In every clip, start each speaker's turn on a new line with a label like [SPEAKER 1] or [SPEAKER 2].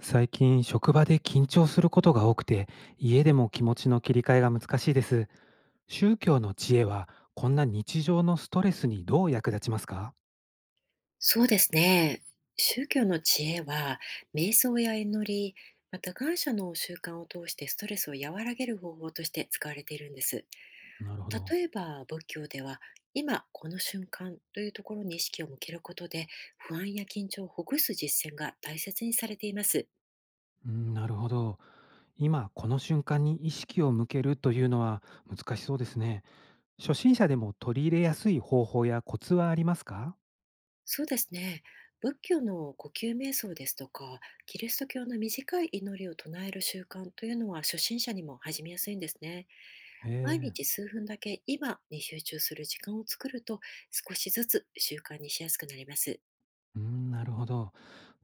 [SPEAKER 1] 最近職場で緊張することが多くて、家でも気持ちの切り替えが難しいです。宗教の知恵は、こんな日常のストレスにどう役立ちますか？
[SPEAKER 2] そうですね。宗教の知恵は、瞑想や祈り、また感謝の習慣を通してストレスを和らげる方法として使われているんです。
[SPEAKER 1] なるほど。
[SPEAKER 2] 例えば仏教では、今この瞬間というところに意識を向けることで、不安や緊張をほぐす実践が大切にされています。
[SPEAKER 1] うん、なるほど。今この瞬間に意識を向けるというのは難しそうですね。初心者でも取り入れやすい方法やコツはありますか？
[SPEAKER 2] そうですね。仏教の呼吸瞑想ですとか、キリスト教の短い祈りを唱える習慣というのは初心者にも始めやすいんですね。毎
[SPEAKER 1] え
[SPEAKER 2] 日
[SPEAKER 1] え。
[SPEAKER 2] 数分だけ今に集中する時間を作ると、少しずつ習慣にしやすくなります。
[SPEAKER 1] うん、なるほど。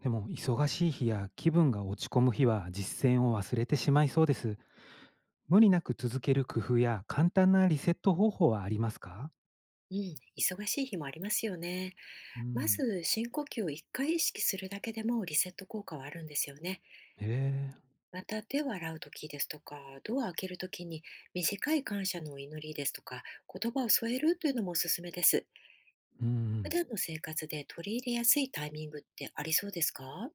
[SPEAKER 1] でも忙しい日や気分が落ち込む日は実践を忘れてしまいそうです。無理なく続ける工夫や簡単なリセット方法はありますか？
[SPEAKER 2] うん、忙しい日もありますよね。
[SPEAKER 1] う
[SPEAKER 2] ま
[SPEAKER 1] ん、
[SPEAKER 2] ず深呼吸を1回意識するだけでもリセット効果はあるんですよね。
[SPEAKER 1] へえ、
[SPEAKER 2] また手を洗う時ですとか、ドアを開ける時に短い感謝のお祈りですとか、言葉を添えるというのもおすすめです。
[SPEAKER 1] うんう
[SPEAKER 2] 普
[SPEAKER 1] ん。
[SPEAKER 2] 段の生活で取り入れやすいタイミングってありそうですか？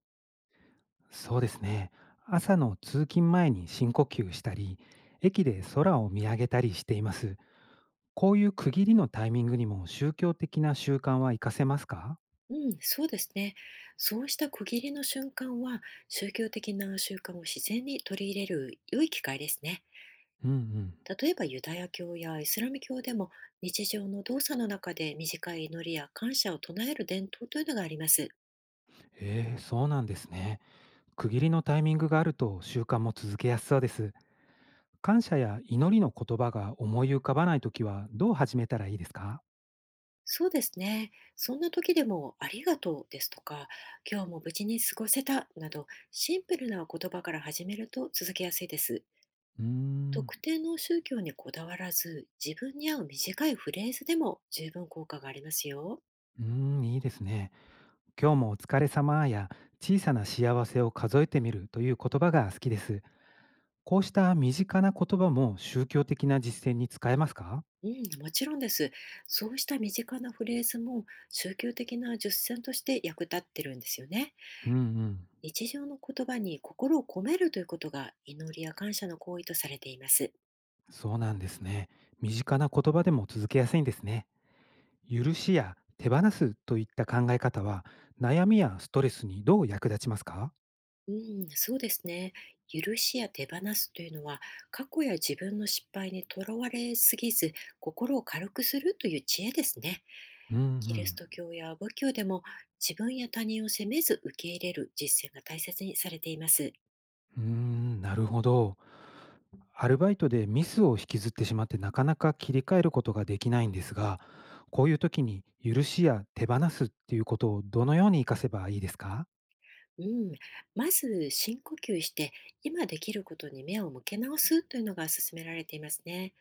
[SPEAKER 1] そうですね。朝の通勤前に深呼吸したり、駅で空を見上げたりしています。こういう区切りのタイミングにも宗教的な習慣は活かせますか？
[SPEAKER 2] うん、そうですね。そうした区切りの瞬間は、宗教的な習慣を自然に取り入れる良い機会ですね。
[SPEAKER 1] うんうん。
[SPEAKER 2] 例えばユダヤ教やイスラム教でも、日常の動作の中で短い祈りや感謝を唱える伝統というのがあります。
[SPEAKER 1] ええ、そうなんですね。区切りのタイミングがあると習慣も続けやすそうです。感謝や祈りの言葉が思い浮かばないときはどう始めたらいいですか？
[SPEAKER 2] そうですね。そんな時でもありがとうですとか、今日も無事に過ごせたなど、シンプルな言葉から始めると続けやすいです。
[SPEAKER 1] うーん。
[SPEAKER 2] 特定の宗教にこだわらず、自分に合う短いフレーズでも十分効果がありますよ。
[SPEAKER 1] うーん、いいですね。今日もお疲れ様や小さな幸せを数えてみるという言葉が好きです。こうした身近な言葉も宗教的な実践に使えますか？
[SPEAKER 2] うん、もちろんです。そうした身近なフレーズも宗教的な実践として役立ってるんですよね。
[SPEAKER 1] うんうん。
[SPEAKER 2] 日常の言葉に心を込めるということが祈りや感謝の行為とされています。
[SPEAKER 1] そうなんですね。身近な言葉でも続けやすいんですね。許しや手放すといった考え方は悩みやストレスにどう役立ちますか？
[SPEAKER 2] うん、そうですね。許しや手放すというのは、過去や自分の失敗にとらわれすぎず、心を軽くするという知恵ですね。
[SPEAKER 1] うんう
[SPEAKER 2] キリス
[SPEAKER 1] ん。
[SPEAKER 2] ト教や仏教でも、自分や他人を責めず受け入れる実践が大切にされています。
[SPEAKER 1] うーん、なるほど。アルバイトでミスを引きずってしまってなかなか切り替えることができないんですが、こういう時に許しや手放すっていうことをどのように活かせばいいですか？
[SPEAKER 2] うん、まず深呼吸して今できることに目を向け直すというのが勧められていますね。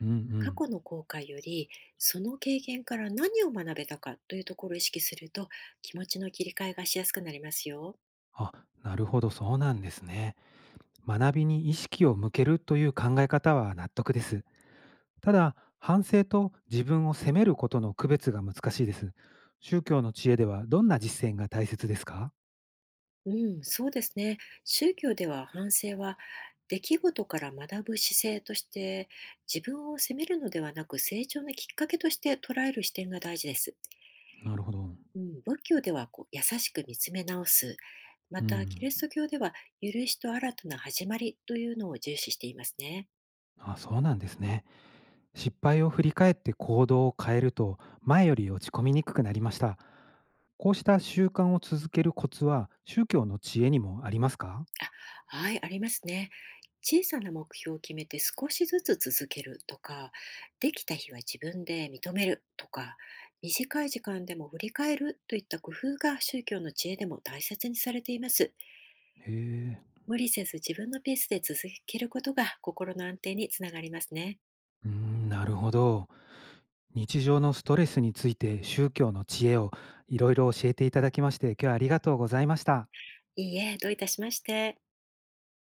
[SPEAKER 1] うんう
[SPEAKER 2] 過
[SPEAKER 1] ん。
[SPEAKER 2] 去の後悔より、その経験から何を学べたかというところを意識すると、気持ちの切り替えがしやすくなりますよ。
[SPEAKER 1] あ、なるほど、そうなんですね。学びに意識を向けるという考え方は納得です。ただ、反省と自分を責めることの区別が難しいです。宗教の知恵ではどんな実践が大切ですか？
[SPEAKER 2] うん、そうですね。宗教では反省は、出来事から学ぶ姿勢として、自分を責めるのではなく成長のきっかけとして捉える視点が大事です。
[SPEAKER 1] なるほど。
[SPEAKER 2] うん、仏教ではこう優しく見つめ直す、ま
[SPEAKER 1] う
[SPEAKER 2] たキ
[SPEAKER 1] ん。
[SPEAKER 2] リスト教では許しと新たな始まりというのを重視していますね。
[SPEAKER 1] あ、そうなんですね。失敗を振り返って行動を変えると前より落ち込みにくくなりました。こうした習慣を続けるコツは宗教の知恵にもありますか？
[SPEAKER 2] あ、はい、ありますね。小さな目標を決めて少しずつ続けるとか、できた日は自分で認めるとか、短い時間でも振り返るといった工夫が宗教の知恵でも大切にされています。
[SPEAKER 1] へえ。
[SPEAKER 2] 無理せず自分のペースで続けることが心の安定につながりますね。
[SPEAKER 1] うーん、なるほど。日常のストレスについて宗教の知恵をいろいろ教えていただきまして、今日はありがとうございました。
[SPEAKER 2] いいえ、どういたしまして。